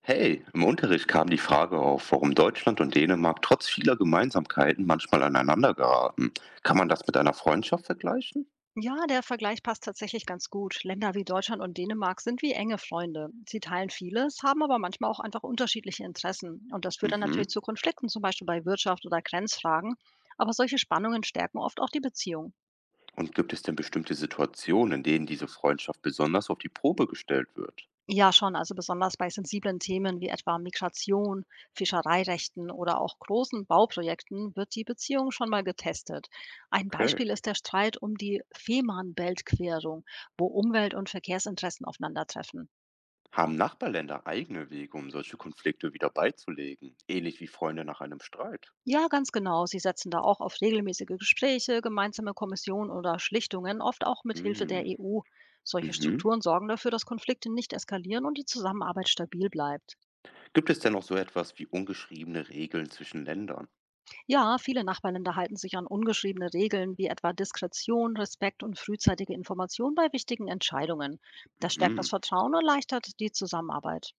Hey, im Unterricht kam die Frage auf, warum Deutschland und Dänemark trotz vieler Gemeinsamkeiten manchmal aneinander geraten. Kann man das mit einer Freundschaft vergleichen? Ja, der Vergleich passt tatsächlich ganz gut. Länder wie Deutschland und Dänemark sind wie enge Freunde. Sie teilen vieles, haben aber manchmal auch einfach unterschiedliche Interessen. Und das führt dann Mhm. natürlich zu Konflikten, zum Beispiel bei Wirtschaft oder Grenzfragen. Aber solche Spannungen stärken oft auch die Beziehung. Und gibt es denn bestimmte Situationen, in denen diese Freundschaft besonders auf die Probe gestellt wird? Ja, schon, also besonders bei sensiblen Themen wie etwa Migration, Fischereirechten oder auch großen Bauprojekten wird die Beziehung schon mal getestet. Ein Okay. Beispiel ist der Streit um die Fehmarnbelt-Querung, wo Umwelt- und Verkehrsinteressen aufeinandertreffen. Haben Nachbarländer eigene Wege, um solche Konflikte wieder beizulegen? Ähnlich wie Freunde nach einem Streit? Ja, ganz genau. Sie setzen da auch auf regelmäßige Gespräche, gemeinsame Kommissionen oder Schlichtungen, oft auch mit Hilfe der Mhm. EU. Solche Mhm. Strukturen sorgen dafür, dass Konflikte nicht eskalieren und die Zusammenarbeit stabil bleibt. Gibt es denn auch so etwas wie ungeschriebene Regeln zwischen Ländern? Ja, viele Nachbarländer halten sich an ungeschriebene Regeln wie etwa Diskretion, Respekt und frühzeitige Information bei wichtigen Entscheidungen. Das stärkt das Mhm. Vertrauen und erleichtert die Zusammenarbeit.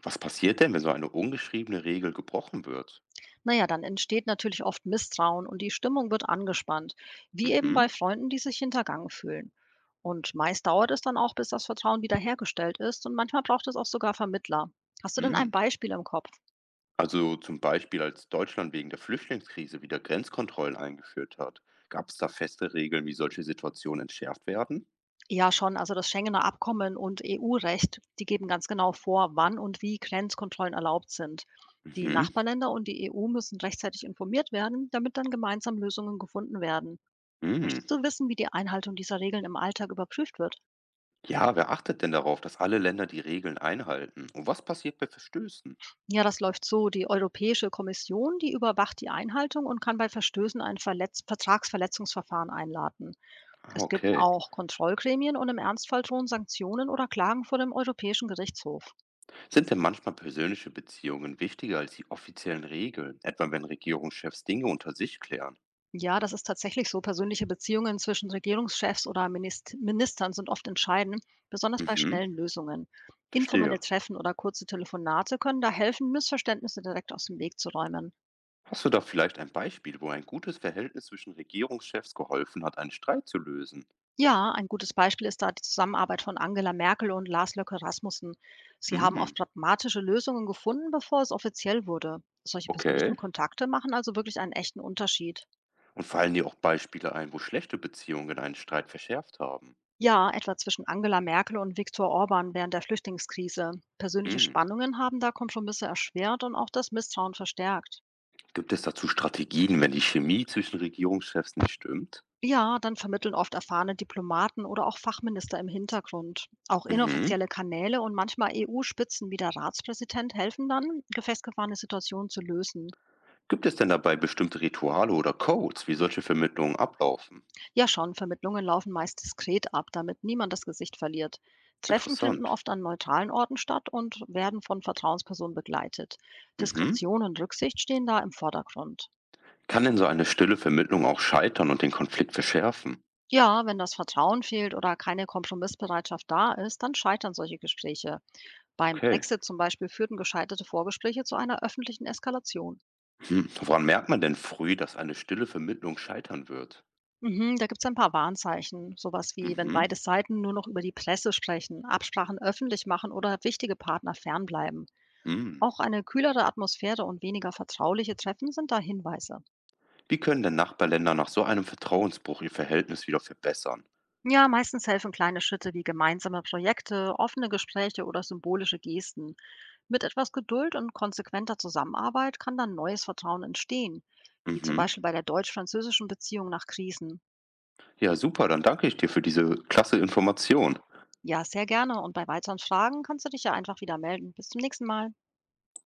Was passiert denn, wenn so eine ungeschriebene Regel gebrochen wird? Na ja, dann entsteht natürlich oft Misstrauen und die Stimmung wird angespannt, wie eben bei Mhm. Freunden, die sich hintergangen fühlen. Und meist dauert es dann auch, bis das Vertrauen wiederhergestellt ist und manchmal braucht es auch sogar Vermittler. Hast du denn ein Hm. Beispiel im Kopf? Also zum Beispiel, als Deutschland wegen der Flüchtlingskrise wieder Grenzkontrollen eingeführt hat, gab es da feste Regeln, wie solche Situationen entschärft werden? Ja, schon. Also das Schengener Abkommen und EU-Recht, die geben ganz genau vor, wann und wie Grenzkontrollen erlaubt sind. Die Mhm. Nachbarländer und die EU müssen rechtzeitig informiert werden, damit dann gemeinsam Lösungen gefunden werden. Hm. Möchtest du wissen, wie die Einhaltung dieser Regeln im Alltag überprüft wird? Ja, wer achtet denn darauf, dass alle Länder die Regeln einhalten? Und was passiert bei Verstößen? Ja, das läuft so. Die Europäische Kommission, die überwacht die Einhaltung und kann bei Verstößen ein Verletz Vertragsverletzungsverfahren einladen. Ah, Es gibt okay. auch Kontrollgremien und im Ernstfall drohen Sanktionen oder Klagen vor dem Europäischen Gerichtshof. Sind denn manchmal persönliche Beziehungen wichtiger als die offiziellen Regeln, etwa wenn Regierungschefs Dinge unter sich klären? Ja, das ist tatsächlich so. Persönliche Beziehungen zwischen Regierungschefs oder Ministern sind oft entscheidend, besonders bei Mhm. schnellen Lösungen. Verstehe. Informelle Treffen oder kurze Telefonate können da helfen, Missverständnisse direkt aus dem Weg zu räumen. Hast du da vielleicht ein Beispiel, wo ein gutes Verhältnis zwischen Regierungschefs geholfen hat, einen Streit zu lösen? Ja, ein gutes Beispiel ist da die Zusammenarbeit von Angela Merkel und Lars Løkke Rasmussen. Sie haben oft Mhm. pragmatische Lösungen gefunden, bevor es offiziell wurde. Solche persönlichen Okay. Kontakte machen also wirklich einen echten Unterschied. Und fallen dir auch Beispiele ein, wo schlechte Beziehungen einen Streit verschärft haben? Ja, etwa zwischen Angela Merkel und Viktor Orban während der Flüchtlingskrise. Persönliche Hm. Spannungen haben da Kompromisse erschwert und auch das Misstrauen verstärkt. Gibt es dazu Strategien, wenn die Chemie zwischen Regierungschefs nicht stimmt? Ja, dann vermitteln oft erfahrene Diplomaten oder auch Fachminister im Hintergrund. Auch Mhm. inoffizielle Kanäle und manchmal EU-Spitzen wie der Ratspräsident helfen dann, gefestgefahrene Situationen zu lösen. Gibt es denn dabei bestimmte Rituale oder Codes, wie solche Vermittlungen ablaufen? Ja schon, Vermittlungen laufen meist diskret ab, damit niemand das Gesicht verliert. Treffen finden Interessant. oft an neutralen Orten statt und werden von Vertrauenspersonen begleitet. Mhm. Diskretion und Rücksicht stehen da im Vordergrund. Kann denn so eine stille Vermittlung auch scheitern und den Konflikt verschärfen? Ja, wenn das Vertrauen fehlt oder keine Kompromissbereitschaft da ist, dann scheitern solche Gespräche. Beim Okay. Brexit zum Beispiel führten gescheiterte Vorgespräche zu einer öffentlichen Eskalation. Hm. Woran merkt man denn früh, dass eine stille Vermittlung scheitern wird? Mhm, da gibt es ein paar Warnzeichen, sowas wie, wenn Mhm. beide Seiten nur noch über die Presse sprechen, Absprachen öffentlich machen oder wichtige Partner fernbleiben. Hm. Auch eine kühlere Atmosphäre und weniger vertrauliche Treffen sind da Hinweise. Wie können denn Nachbarländer nach so einem Vertrauensbruch ihr Verhältnis wieder verbessern? Ja, meistens helfen kleine Schritte wie gemeinsame Projekte, offene Gespräche oder symbolische Gesten. Mit etwas Geduld und konsequenter Zusammenarbeit kann dann neues Vertrauen entstehen, wie zum Mhm. Beispiel bei der deutsch-französischen Beziehung nach Krisen. Ja, super, dann danke ich dir für diese klasse Information. Ja, sehr gerne und bei weiteren Fragen kannst du dich ja einfach wieder melden. Bis zum nächsten Mal.